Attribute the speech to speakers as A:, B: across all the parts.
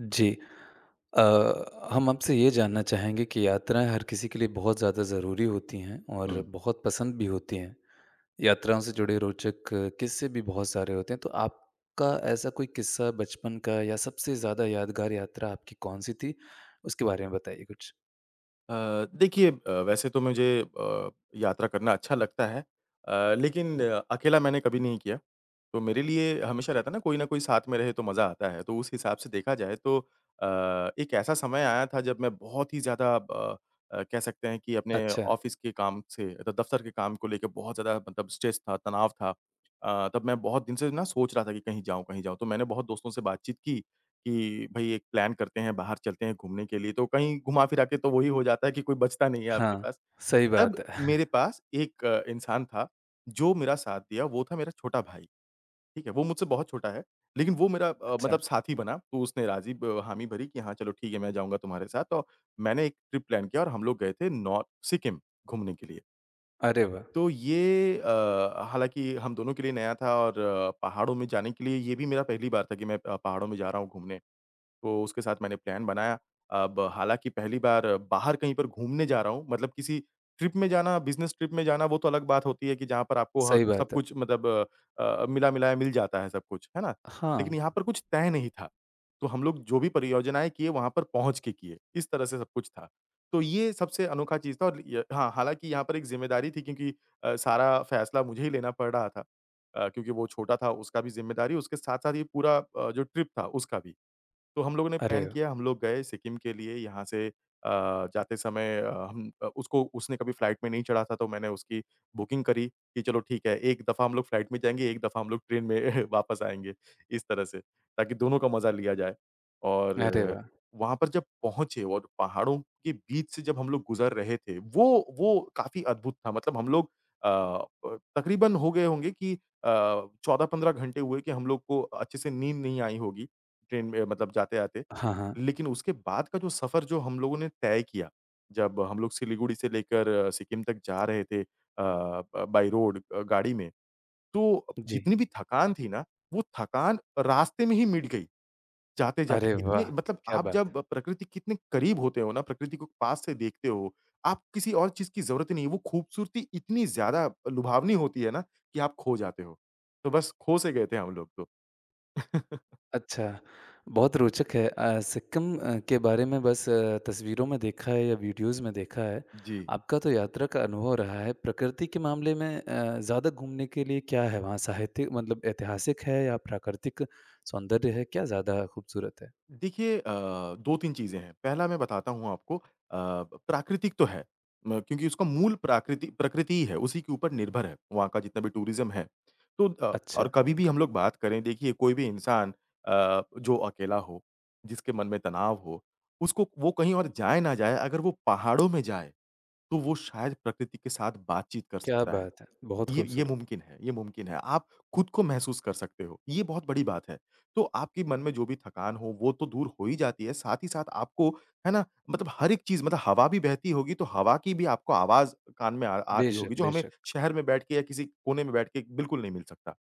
A: जी। अ, हम आपसे ये जानना चाहेंगे कि यात्राएँ हर किसी के लिए बहुत ज़्यादा ज़रूरी होती हैं और
B: हुँ।
A: बहुत पसंद भी होती हैं। यात्राओं से जुड़े रोचक किस्से भी बहुत सारे होते हैं। तो आपका ऐसा कोई किस्सा बचपन का या सबसे ज़्यादा यादगार यात्रा आपकी कौन-सी थी? उसके बारे में बताइए कुछ।
B: अ, देखिए वैसे तो मुझे अ, यात्रा करना अच्छा लगता है, लेकिन अकेला मैंने कभी नहीं किया। तो मेरे लिए हमेशा रहता है ना, कोई न कोई साथ में रहे तो मज़ा आता है। तो उस हिसाब से देखा जाए तो एक ऐसा समय आया था जब मैं बहुत ही ज़्यादा कह सकते हैं कि अपने
A: अच्छा।
B: ऑफ़िस के काम से द दफ़्तर के काम को लेके बहुत ज़्यादा मतलब स्ट्रेस था, तनाव था। तब मैं बहुत दिन से ना सोच रहा था कि कहीं जाऊँ, कहीं जाऊँ। तो मैंने बहुत दोस्तों से बातचीत की कि भई एक प्लान करते हैं, बाहर चलते हैं घूमने के लिए, तो कहीं घुमा-फिरा के तो वही हो जाता है कि कोई बचता नहीं है आपके
A: हाँ,
B: पास।
A: सही
B: तब
A: बात है।
B: मेरे पास एक इंसान था, जो मेरा साथ दिया, वो था मेरा छोटा भाई, ठीक है? वो मुझसे बहुत छोटा है, लेकिन वो मेरा
A: अच्छा।
B: मतलब साथी बना, तो उसने राज़ी ब हामी भरी कि हाँ, चलो ठीक है, मैं जाऊँगा तुम्हारे साथ। तो मैंने एक ट्रिप प्लान किया और हम लोग गए थे नॉर्थ सिक्किम घूमने के लिए।
A: अरे वाह!
B: तो ये, हालाँकि हम दोनों के लिए नया था और पहाड़ों में जाने के लिए ये भी मेरा पहली बार था कि मैं पहाड़ों में जा रहा हूँ घूमने। तो उसके साथ मैंने प्लान बनाया। अब हालाँकि पहली बार बाहर कहीं पर घूमने जा रहा हूँ, मतलब किसी ट्रिप में जाना, बिज़नेस ट्रिप में जाना, वो तो अलग बात होती है कि जहाँ पर आपको ह
A: सही
B: सब
A: बात है।
B: कुछ मतलब मिला-मिलाया मिल जाता है सब कुछ, है ना?
A: हाँ।
B: लेकिन यहाँ पर कुछ तय नहीं था। तो हम लोग जो भी परियोजनाएँ किए, वहाँ पर पहुँच के किए, इस तरह से सब कुछ था। तो ये सबसे अनोखा चीज़ था और य हाँ, हालाँकि यहाँ पर एक ज़िम्मेदारी थी क्योंकि सारा फ़ैसला मुझे ही लेना पड़ रहा था। क्योंकि वो छोटा था, उसका भी ज़िम्मेदारी, उसके साथ-साथ ये पूरा, जो ट्रिप था, उसका भी। तो हम लोगों ने
A: अरे
B: प्लान किया,
A: वाह!
B: हम लोग गए सिक्किम के लिए यहाँ से। जाते समय अ, हम अ, उसको उसने कभी फ्लाइट में नहीं चढ़ा था तो मैंने उसकी बुकिंग करी कि चलो ठीक है, एक दफ़ा हम लोग फ्लाइट में जाएँगे, एक दफ़ा हम लोग ट्रेन में वापस आएँगे, इस तरह से, ताकि दोनों का मज़ा लिया जाए।
A: अरे
B: और
A: वाह!
B: वहाँ पर जब पहुँचे और पहाड़ों के बीच से जब हम लोग गुज़र रहे थे, वो काफ़ी अद्भुत था। मतलब हम लोग अ, प तकरीबन हो गए होंगे कि अ, 14-15 घंटे हुए कि हम लोग को अच्छे से नींद नहीं आई होगी। ट्रेन में मतलब जाते-आते।
A: हाँ, हाँ।
B: लेकिन उसके बाद का जो सफ़र जो हम लोगों ने तय किया, जब हम लोग सिलीगुड़ी से लेकर सिक्किम तक जा रहे थे, अ, ब बाय रोड, गाड़ी में, तो
A: जी।
B: जितनी भी थकान थी ना, वो थकान रास्ते में ही मिट गई, जाते-जाते।
A: अरे
B: इतने
A: वाह!
B: मतलब
A: क्या
B: आप
A: बात!
B: जब प्रकृति कितने करीब होते हो ना, प्रकृति को पास से देखते हो, आप किसी और चीज़ की ज़रूरत ही नहीं है। वो खूबसूरती इतनी ज़्यादा लुभावनी होती है ना कि आप खो जाते हो। तो बस खो से गए थे हम लोग तो।
A: अच्छा, बहुत रोचक है। सिक्किम के बारे में बस तस्वीरों में देखा है या वीडियोज़ में देखा है।
B: जी।
A: आपका तो यात्रा का अनुभव रहा है। प्रकृति के मामले में ज़्यादा घूमने के लिए क्या है वहाँ? साहित्य मतलब ऐतिहासिक है या प्राकृतिक सौंदर्य है? क्या ज़्यादा खूबसूरत है?
B: देखिए, 2-3 चीज़ें हैं। पहला मैं बताता हूँ आपको। प्राकृतिक तो है म क्योंकि उसका मूल प्राकृति प्रकृति ही है, उसी के ऊपर निर्भर है, वहाँ का जितना भी टूरिज़्म है। तो
A: अच्छा,
B: और कभी भी हम लोग बात करें, देखिए कोई भी इंसान जो अकेला हो, जिसके मन में तनाव हो, उसको वो कहीं और जाए ना जाए, अगर वो पहाड़ों में जाए, तो वो शायद प्रकृति के साथ बातचीत कर
A: क्या
B: सकता है।
A: बात है! बहुत
B: ये
A: खूबसूरत।
B: मुमकिन है, ये मुमकिन है। आप खुद को महसूस कर सकते हो, ये बहुत बड़ी बात है। तो आपके मन में जो भी थकान हो, वो तो दूर हो ही जाती है, साथ ही साथ आपको, है ना? मतलब हर एक चीज़, मतलब हवा भी बहती होगी, तो हवा की भी आपको आवाज़ कान में आ आ रही
A: बेशक,
B: होगी, जो हमें
A: बेशक।
B: शहर में बैठ के या किसी कोने में बैठ के बिल्कुल नहीं मिल सकता।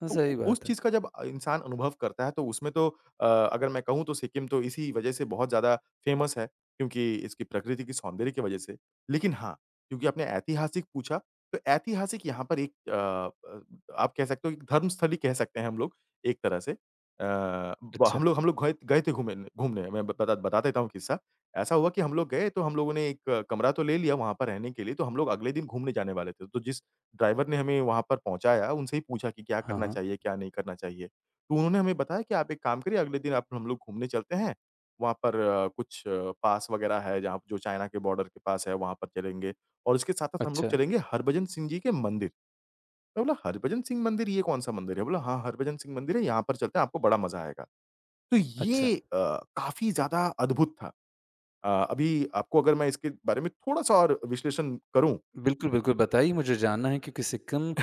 A: हाँ,
B: तो उ
A: सही
B: उस
A: बात है।
B: चीज़ का जब इंसान अनुभव करता है तो उसमें तो, अ, अगर मैं कहूँ तो सिक्किम तो इसी वजह से बहुत ज़्यादा फेमस है, क्योंकि इसकी प्रकृति की सौंदर्य की वजह से। लेकिन हाँ, क्योंकि आपने ऐतिहासिक पूछा, तो ऐतिहासिक यहाँ पर एक, आप कह सकते हो एक धर्मस्थली कह सकते हैं हम लोग एक तरह से। अ, ब
A: अच्छा।
B: हम लोग गए गए थे घूमे घूमने, मैं बता बता देता हूँ किस्सा। ऐसा हुआ कि हम लोग गए तो हम लोगों ने एक कमरा तो ले लिया वहाँ पर रहने के लिए, तो हम लोग अगले दिन घूमने जाने वाले थे। तो जिस ड्राइवर ने हमें वहाँ पर पहुँचाया, उनसे ही पूछा कि क्या
A: हाँ,
B: करना
A: हाँ।
B: चाहिए, क्या नहीं करना चाहिए। तो उन्होंने हमें बताया कि आप एक काम करिए, अगले दिन आप हम लोग घूमने चलते हैं, वहाँ पर कुछ पास वगैरह है जहाँ, जो चाइना के बॉर्डर के पास है वहाँ पर चलेंगे, और इसके साथ-साथ हम लोग
A: अच्छा,
B: चलेंगे हरभजन सिंह जी के मंदिर। मैं बोला हरभजन सिंह मंदिर, ये कौन-सा मंदिर है? बोला हाँ, हरभजन सिंह मंदिर है, यहाँ पर चलते हैं, आपको बड़ा मज़ा आएगा। तो
A: अच्छा।
B: ये, काफ़ी ज़्यादा अद्भुत था। अभी आपको अगर मैं इसके बारे में थोड़ा-सा और विश्लेषण करूँ।
A: बिल्कुल, बिल्कुल, बताइए मुझे जानना है क्योंकि सिक्किम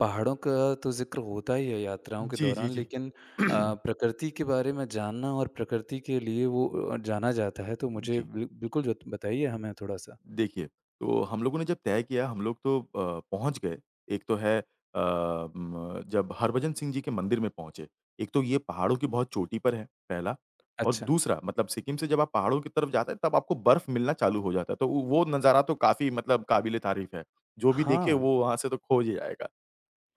A: पहाड़ों का तो ज़िक्र होता ही है यात्राओं के
B: जी, जी,
A: दौरान
B: जी।
A: लेकिन प्रकृति के बारे में जानना और प्रकृति के लिए वो जाना जाता है तो मुझे
B: जी।
A: बिल्कुल जो बताइए हमें थोड़ा-सा।
B: देखिए, तो हम लोगों ने जब तय किया हम लोग तो पहुँच गए। एक तो है, अ, म जब हरभजन सिंह जी के मंदिर में पहुँचे। एक तो ये पहाड़ों की बहुत चोटी पर है, पहला। और
A: अच्छा।
B: दूसरा मतलब सिक्किम से जब आप पहाड़ों की तरफ जाते हैं तब आपको बर्फ मिलना चालू हो जाता है। तो वो नज़ारा तो काफ़ी मतलब काबिल-ए-तारीफ़ है। जो भी देखे
A: हाँ,
B: वो वहाँ से तो खोज ही जाएगा।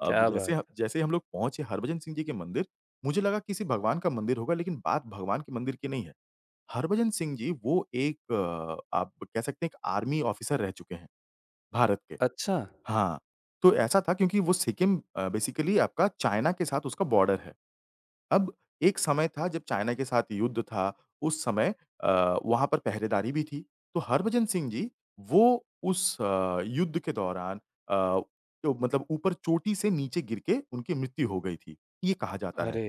B: अब
A: क्या बात!
B: जैसे ही हम लोग पहुँचे हरभजन सिंह जी के मंदिर, मुझे लगा किसी भगवान का मंदिर होगा लेकिन बात भगवान के मंदिर की नहीं है। हरभजन सिंह जी, वो एक, आप कह सकते हैं एक आर्मी ऑफिसर रह चुके हैं, भारत के।
A: अच्छा!
B: हाँ, तो ऐसा था क्योंकि वो सिक्किम, बेसिकली आपका चाइना के साथ उसका बॉर्डर है। अब एक समय था जब चाइना के साथ युद्ध था, उस समय वहाँ पर पहरेदारी भी थी। तो हरभजन सिंह जी वो उस युद्ध के दौरान, अ, तो मतलब ऊपर चोटी से नीचे गिर के उनकी मृत्यु हो गई थी, ये कहा जाता है।
A: अरे!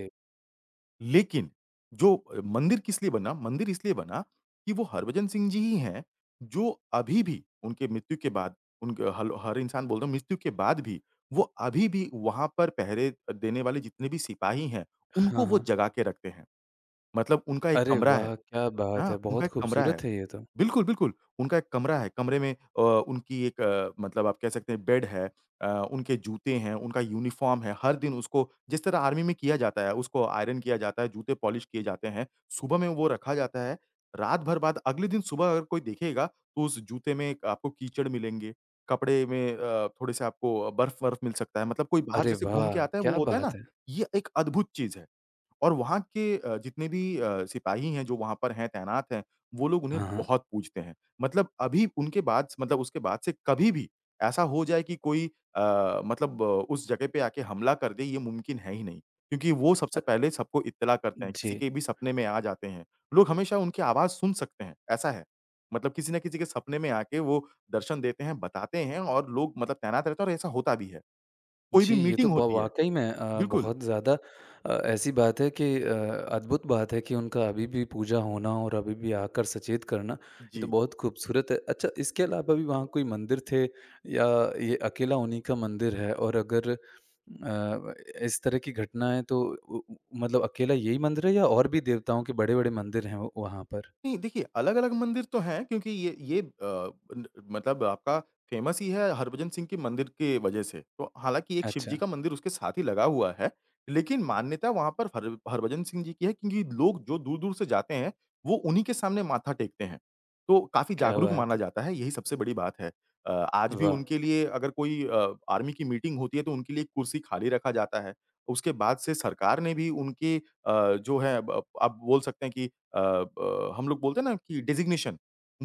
B: लेकिन जो मंदिर किस लिए बना? मंदिर इसलिए बना कि वो हरभजन सिंह जी ही हैं, जो अभी भी उनके मृत्यु के बाद, उनके हल हर इंसान बोलता है, मृत्यु के बाद भी, वो अभी भी वहाँ पर पहरे देने वाले जितने भी सिपाही हैं, उनको
A: हाँ,
B: वो
A: हाँ।
B: जगा के रखते हैं। मतलब उनका एक
A: अरे
B: कमरा है,
A: वाह! क्या बात है,
B: हाँ, उनका
A: बहुत
B: एक कमरा है।
A: खूबसूरत है ये तो।
B: बिल्कुल, बिल्कुल। उनका एक कमरा है, कमरे में उनकी एक, मतलब आप कह सकते हैं बेड है, उनके जूते हैं, उनका यूनिफ़ॉर्म है, हर दिन उसको जिस तरह आर्मी में किया जाता है, उसको आयरन किया जाता है, जूते पॉलिश किए जाते हैं, सुबह में वो रखा जाता है, रात भर बाद अगले दिन सुबह अगर कोई देखेगा, तो उस जूते में एक आपको कीचड़ मिलेंगे, कपड़े में थोड़े-से आपको बर्फ़-वर्फ़ मिल सकता है, मतलब कोई बाहर
A: अरे
B: जैसे घूम के
A: वाह!
B: आता है, वो
A: क्या
B: होता है ना?
A: बात है!
B: ये एक अद्भुत चीज़ है। और वहाँ के जितने भी सिपाही हैं, जो वहाँ पर हैं, तैनात हैं, वो लोग उन्हें
A: हाँ, हाँ।
B: बहुत पूजते हैं। मतलब अभी उनके बाद, मतलब उसके बाद से कभी भी ऐसा हो जाए कि कोई मतलब उस जगह पे आके हमला कर दे, ये मुमकिन है ही नहीं। क्योंकि वो सबसे
A: अ,
B: पहले सबको इत्तला करते हैं, किसी
A: जी।
B: के भी सपने में आ जाते हैं। लोग हमेशा उनकी आवाज़ सुन सकते हैं, ऐसा है। मतलब किसी न किसी के सपने में आके वो दर्शन देते हैं, बताते हैं और लोग मतलब तैनात रहते हैं और ऐसा होता भी है। कोई भी
A: जी, ये तो
B: मीटिंग
A: ब
B: होती है।
A: वाक़ई में
B: बिल्कुल।
A: बहुत ज़्यादा ऐसी बात है कि अद्भुत बात है कि उनका अभी भी पूजा होना और अभी भी आकर सचेत करना, ये तो
B: जी।
A: बहुत खूबसूरत है। अच्छा, इसके अलावा भी वहाँ कोई मंदिर थे या ये अकेला उन्हीं का मंदिर है? और अगर इस तरह की घटनाएँ तो उ उ मतलब अकेला यही मंदिर है या और भी देवताओं के बड़े-बड़े मंदिर हैं व वहाँ पर?
B: नहीं, देखिए अलग-अलग मंदिर तो हैं, क्योंकि ये अ, न मतलब आपका फ़ेमस ही है हरभजन सिंह के मंदिर के वजह से। तो हालाँकि एक शिव जी
A: अच्छा,
B: का मंदिर उसके साथ ही लगा हुआ है, लेकिन मान्यता वहाँ पर हर हरभजन सिंह जी की है, क्योंकि लोग जो दूर-दूर से जाते हैं, वो उन्हीं के सामने माथा टेकते हैं। तो काफ़ी
A: क्या
B: जागरूक
A: बात
B: माना
A: है!
B: जाता है, यही सबसे बड़ी बात है। आज भी
A: वाह!
B: उनके लिए अगर कोई आर्मी की मीटिंग होती है तो उनके लिए कुर्सी खाली रखा जाता है। उसके बाद से सरकार ने भी उनके, जो है, ब आप बोल सकते हैं कि अ, ब हम लोग बोलते हैं ना कि डेज़िग्नेशन,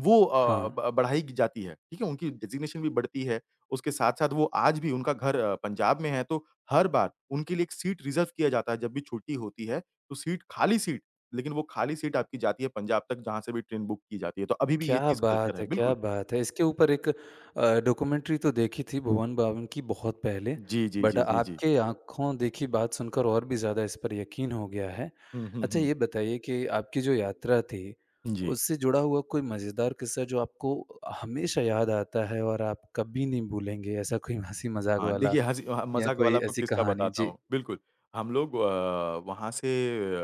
B: वो अ,
A: हाँ।
B: ब बढ़ाई जाती है, ठीक है? उनकी डेज़िग्नेशन भी बढ़ती है। उसके साथ-साथ वो आज भी उनका घर पंजाब में है, तो हर बार उनके लिए एक सीट रिज़र्व किया जाता है। जब भी छुट्टी होती है, तो सीट खाली सीट, लेकिन वो खाली सीट आपकी जाती है पंजाब तक, जहाँ से भी ट्रेन बुक की जाती है। तो अभी भी ये
A: क्या
B: चीज़ कल्चर
A: बात
B: है,
A: है! क्या
B: बिल्कुल।
A: बात है! इसके ऊपर एक डॉक्यूमेंट्री तो देखी थी भुवन बाम की बहुत पहले,
B: जी, जी,
A: बट
B: जी, जी, जी।
A: आपके आँखों देखी बात सुनकर और भी ज़्यादा इस पर यकीन हो गया है।
B: हुँ, हुँ,
A: अच्छा
B: हुँ।
A: ये बताइए कि आपकी जो यात्रा थी,
B: जी।
A: उससे जुड़ा हुआ कोई मज़ेदार किस्सा जो आपको हमेशा याद आता है और आप कभी नहीं भूलेंगे, ऐसा कोई हँसी-मज़ाक
B: हाँ,
A: वाला
B: देखिए हँसी
A: या
B: मज़ाक वाला
A: कोई
B: आपको
A: ऐसी
B: किस्सा
A: कहानी?
B: बताता
A: जी।
B: हूँ। बिल्कुल, हम लोग वहाँ से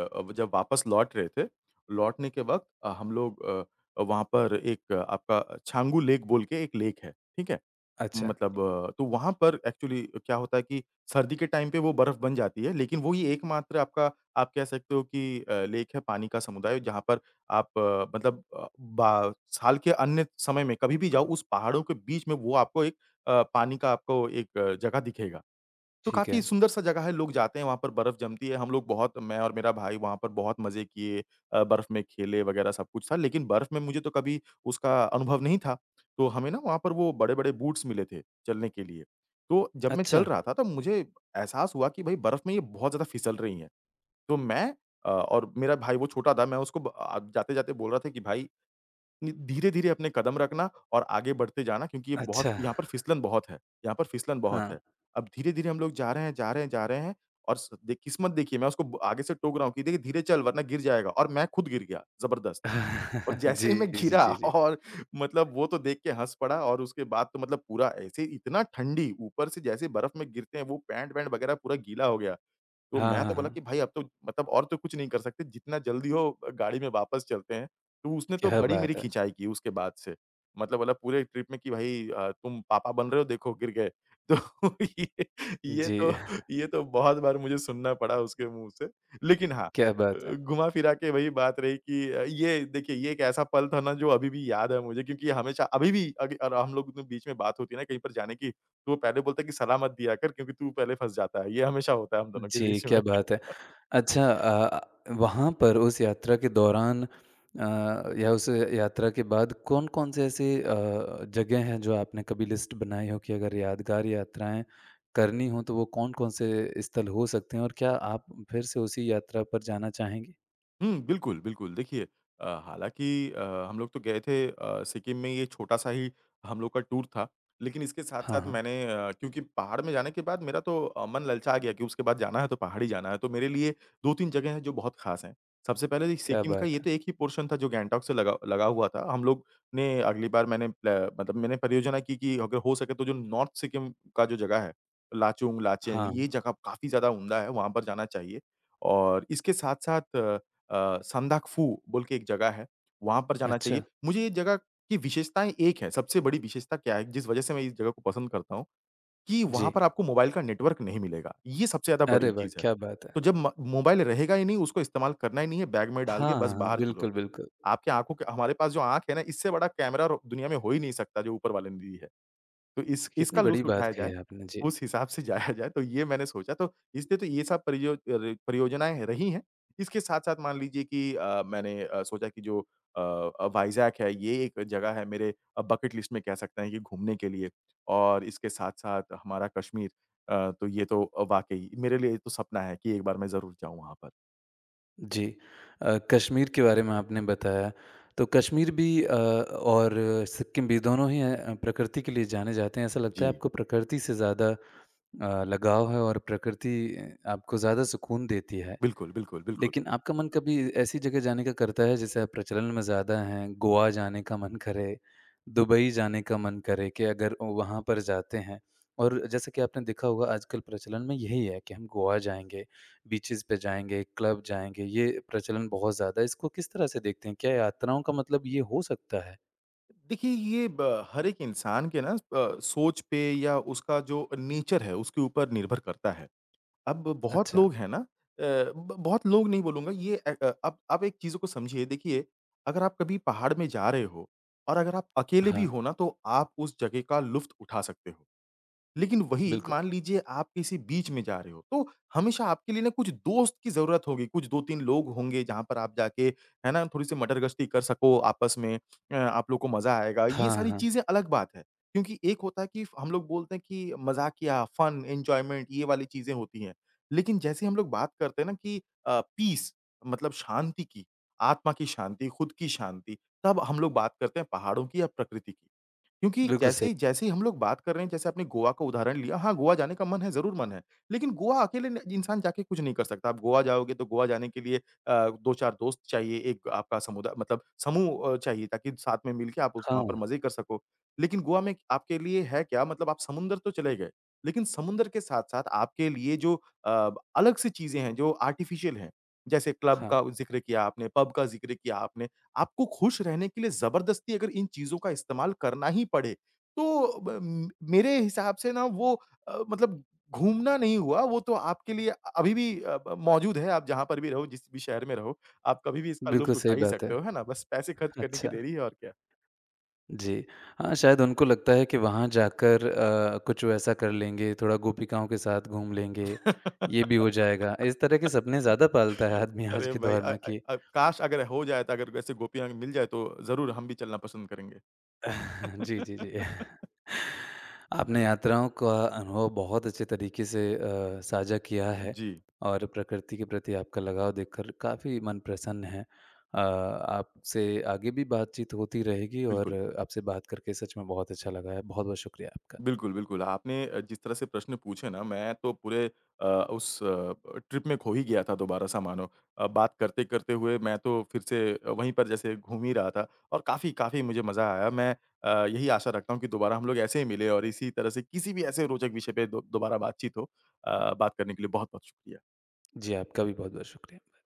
B: जब वापस लौट रहे थे, लौटने के वक़्त हम लोग वहाँ पर एक आपका छांगू लेक बोल के एक लेक है, ठीक है?
A: अच्छा,
B: मतलब तो वहाँ पर एक्चुअली क्या होता है कि सर्दी के टाइम पे वो बर्फ बन जाती है, लेकिन वो ही एकमात्र आपका आप कह सकते हो कि लेक है, पानी का समुदाय जहाँ पर आप मतलब अ, बा साल के अन्य समय में कभी भी जाओ उस पहाड़ों के बीच में वो आपको एक पानी का आपको एक जगह दिखेगा। तो
A: ठीक
B: काफ़ी
A: है।
B: सुंदर-सा जगह है, लोग जाते हैं वहाँ पर, बर्फ़ जमती है, हम लोग बहुत, मैं और मेरा भाई वहाँ पर बहुत मज़े किए। बर्फ़ में खेले वग़ैरह सब कुछ था, लेकिन बर्फ़ में मुझे तो कभी उसका अनुभव नहीं था, तो हमें ना वहाँ पर वो बड़े-बड़े बूट्स मिले थे चलने के लिए। तो जब मैं चल
A: अच्छा,
B: रहा था तब मुझे एहसास हुआ कि भई बर्फ़ में ये बहुत ज़्यादा फिसल रही हैं। तो मैं और मेरा भाई वो छोटा था, मैं उसको जाते-जाते बोल रहा था कि भाई नि धीरे-धीरे अपने कदम रखना और आगे बढ़ते जाना, क्योंकि ये बहुत
A: अच्छा,
B: यहाँ पर फिसलन बहुत है, यहाँ पर फिसलन बहुत
A: हाँ।
B: है। अब धीरे-धीरे हम लोग जा रहे हैं, जा रहे हैं, जा रहे हैं, और स दे किस्मत देखिए, मैं उसको ब आगे से टोक रहा हूँ कि देखिए धीरे चल वरना गिर जाएगा, और मैं खुद गिर गया ज़बरदस्त। और जैसे
A: जी,
B: ही मैं
A: जी,
B: गिरा
A: जी, जी।
B: और मतलब वो तो देख के हँस पड़ा, और उसके बाद तो मतलब पूरा ऐसे, इतना ठंडी ऊपर से जैसे बर्फ में गिरते हैं, वो पैंट-वैंट वगैरह पूरा गीला हो गया। तो
A: हाँ,
B: मैं तो
A: हाँ,
B: बोला
A: हाँ।
B: कि भाई अब तो मतलब और तो कुछ नहीं कर सकते, जितना जल्दी हो गाड़ी में वापस चलते हैं। तो उसने तो
A: क्या
B: बड़ी मेरी
A: बात है!
B: खिंचाई की उसके बाद से। मतलब बोला पूरे ट्रिप में कि भाई, तुम पापा बन रहे हो, देखो गिर गए। तो ये ये तो
A: जी,
B: ये तो बहुत बार मुझे सुनना पड़ा उसके मुँह से। लेकिन हाँ,
A: क्या बात है।
B: घुमा फिरा के वही बात रही कि ये देखिए ये एक ऐसा पल था ना जो अभी भी याद है मुझे, क्योंकि हमेशा अभी भी अग और हम लोग के बीच में बात होती है ना कहीं पर जाने की, तो वो पहले बोलता है कि सलाह मत दिया कर क्योंकि तू पहले फँस जाता है। ये हमेशा होता है हम दोनों के
A: जी,
B: बीच में।
A: क्या बात है। अच्छा वहाँ पर उस यात्रा के दौरान या उस यात्रा के बाद कौन-कौन से ऐसे जगह हैं जो आपने कभी लिस्ट बनाई हो कि अगर यादगार यात्राएँ करनी हो तो वो कौन-कौन से स्थल हो सकते हैं? और क्या आप फिर से उसी यात्रा पर जाना चाहेंगी?
B: हुँ, बिल्कुल, बिल्कुल। देखिए हालाँकि अ, हम लोग तो गए थे सिक्किम में, ये छोटा-सा ही हम लोग का टूर था। लेकिन इसके
A: हाँ,
B: साथ-साथ
A: हाँ,
B: मैंने क्योंकि पहाड़ में जाने के बाद मेरा तो मन ललचा गया कि उसके बाद जाना है तो पहाड़ ही जाना है। तो मेरे लिए 2-3 जगह हैं जो बहुत ख़ास हैं। सबसे पहले ये
A: क्या
B: सिक्किम का
A: बात
B: ये
A: है।
B: तो एक ही पोर्शन था जो गैंगटॉक से लगा लगा हुआ था। हम लोग ने अगली बार मैंने प्ल मतलब मैंने परियोजना की कि अगर हो सके तो जो नॉर्थ सिक्किम का जो जगह है, लाचुंग, लाचेन,
A: हाँ,
B: ये जगह काफ़ी ज़्यादा उम्दा है, वहाँ पर जाना चाहिए। और इसके साथ-साथ संदाकफू बोल के एक जगह है, वहाँ पर जाना
A: अच्छा,
B: चाहिए। मुझे ये जगह की विशेषताएँ एक है, सबसे बड़ी विशेषता क्या है, जिस वजह से मैं इस जगह को पसंद करता हूँ, कि वहाँ
A: जी।
B: पर आपको मोबाइल का नेटवर्क नहीं मिलेगा, ये सबसे ज़्यादा
A: अरे
B: बड़ी
A: वाह!
B: चीज़ है।
A: क्या बात है।
B: तो जब म मोबाइल रहेगा ही नहीं, उसको इस्तेमाल करना ही नहीं है, बैग में डाल के बस
A: हाँ, हाँ,
B: बाहर चलो।
A: बिल्कुल, बिल्कुल।
B: आपकी आँखों के, हमारे पास जो आँख है ना, इससे बड़ा कैमरा र दुनिया में हो ही नहीं सकता, जो ऊपर वाले ने दी है। तो इस
A: कितनी
B: इसका
A: बड़ी
B: लुत्फ़
A: बात
B: उठाया जाए,
A: कही आपने। जी।
B: उस हिसाब से जाया जाए, तो ये मैंने सोचा, तो इसलिए तो ये सब परियोजनाएँ रही हैं। इसके साथ-साथ मान लीजिए कि मैंने सोचा कि जो वाइज़ैक है, ये एक जगह है मेरे बकेट लिस्ट में, कह सकते हैं कि घूमने के लिए। और इसके साथ-साथ हमारा कश्मीर, तो ये तो वाक़ई मेरे लिए तो सपना है कि एक बार मैं ज़रूर जाऊँ वहाँ पर।
A: जी। कश्मीर के बारे में आपने बताया, तो कश्मीर भी और सिक्किम भी दोनों ही प्रकृति के लिए जाने जाते हैं। ऐसा लगता है
B: जी,
A: आपको प्रकृति से ज़्यादा लगाव है और प्रकृति आपको ज़्यादा सुकून देती है।
B: बिल्कुल, बिल्कुल, बिल्कुल।
A: लेकिन आपका मन कभी ऐसी जगह जाने का करता है जैसे अब प्रचलन में ज़्यादा हैं, गोवा जाने का मन करे, दुबई जाने का मन करे कि अगर वहाँ पर जाते हैं और जैसे कि आपने देखा होगा आजकल प्रचलन में यही है कि हम गोवा जाएँगे, बीचेज़ पे जाएँगे, क्लब जाएँगे, ये प्रचलन बहुत ज़्यादा है। इसको किस तरह से देखते हैं? क्या यात्राओं का मतलब ये हो सकता है?
B: देखिए, ये ब हर एक इंसान के ना सोच पे, या उसका जो नेचर है, उसके ऊपर निर्भर करता है। अब बहुत
A: अच्छा,
B: लोग हैं ना, अ, ब बहुत लोग नहीं बोलूँगा, ये आप एक चीज़ों को समझिए, देखिए, अगर आप कभी पहाड़ में जा रहे हो और अगर आप अकेले भी
A: हाँ,
B: हो ना, तो आप उस जगह का लुफ़्त उठा सकते हो। लेकिन वही
A: बिल्कुल।
B: मान लीजिए आप किसी बीच में जा रहे हो, तो हमेशा आपके लिए ना कुछ दोस्त की ज़रूरत होगी, कुछ 2-3 लोग होंगे जहाँ पर आप जाके, है ना, थोड़ी-सी मटर-गश्ती कर सको आपस में, आप लोग को मज़ा आएगा। ये
A: हाँ,
B: सारी
A: हाँ,
B: चीज़ें अलग बात है, क्योंकि एक होता है कि हम लोग बोलते हैं कि मज़ाकिया, फन, एन्जॉयमेंट, ये वाली चीज़ें होती हैं। लेकिन जैसे हम लोग बात करते हैं ना कि पीस, मतलब शांति की, आत्मा की शांति, खुद की शांति, तब हम लोग बात करते हैं पहाड़ों की या प्रकृति की। क्योंकि
A: बिल्कुल
B: जैसे
A: सही।
B: ही जैसे ही हम लोग बात कर रहे हैं, जैसे आपने गोवा का उदाहरण लिया, हाँ, गोवा जाने का मन है, ज़रूर मन है। लेकिन गोवा अकेले न इंसान जाके कुछ नहीं कर सकता। आप गोवा जाओगे, तो गोवा जाने के लिए 2-4 दोस्त चाहिए, एक आपका समुदा मतलब समूह चाहिए ताकि साथ में मिलके आप उस वहाँ
A: हाँ,
B: पर मज़े कर सको। लेकिन गोवा में आपके लिए है क्या? मतलब आप समुंदर तो चले गए, लेकिन समुंदर के साथ-साथ आपके लिए जो अ, अलग-सी चीज़ें हैं, जो आर्टिफ़िशियल हैं, जैसे क्लब
A: हाँ,
B: का ज़िक्र किया आपने, पब का ज़िक्र किया आपने। आपको खुश रहने के लिए ज़बरदस्ती अगर इन चीज़ों का इस्तेमाल करना ही पड़े, तो ब म मेरे हिसाब से ना वो मतलब घूमना नहीं हुआ, वो तो आपके लिए अभी भी अ, ब मौजूद है, आप जहाँ पर भी रहो, जिस भी शहर में रहो, आप कभी भी इसका लुफ़्त
A: बिल्कुल
B: उठा
A: सही
B: ही
A: बात
B: सकते
A: है।
B: हो, है ना? बस पैसे खर्च करने की
A: अच्छा।
B: देरी है और क्या।
A: जी। हाँ, शायद उनको लगता है कि वहाँ जाकर कुछ वैसा कर लेंगे, थोड़ा गोपिकाओं के साथ घूम लेंगे, ये भी हो जाएगा। इस तरह के सपने ज़्यादा पालता है आदमी आज
B: अरे
A: के
B: भाई!
A: दौर में कि
B: काश अगर हो जाए, तो अगर वैसे गोपियाँ मिल जाए, तो ज़रूर हम भी चलना पसंद करेंगे।
A: जी, जी, जी। आपने यात्राओं का अनुभव बहुत अच्छे तरीके से साझा किया है
B: जी,
A: और प्रकृति के प्रति आपका लगाव देखकर काफ़ी मन प्रसन्न है। आपसे आगे भी बातचीत होती रहेगी और
B: बिल्कुल।
A: आपसे बात करके सच में बहुत अच्छा लगा है। बहुत-बहुत शुक्रिया आपका।
B: बिल्कुल, बिल्कुल। आपने जिस तरह से प्रश्न पूछे ना, मैं तो पूरे अ, उस अ, ट्रिप में खो ही गया था दोबारा सा मानो। बात करते-करते हुए मैं तो फिर से वहीं पर जैसे घूम ही रहा था, और काफ़ी काफ़ी मुझे मज़ा आया। मैं यही आशा रखता हूँ कि दोबारा हम लोग ऐसे ही मिलें और इसी तरह से किसी भी ऐसे रोचक विषय पे दो दोबारा बातचीत हो। बात करने के लिए बहुत-बहुत शुक्रिया।
A: जी, आपका भी बहुत-बहुत शुक्रिया।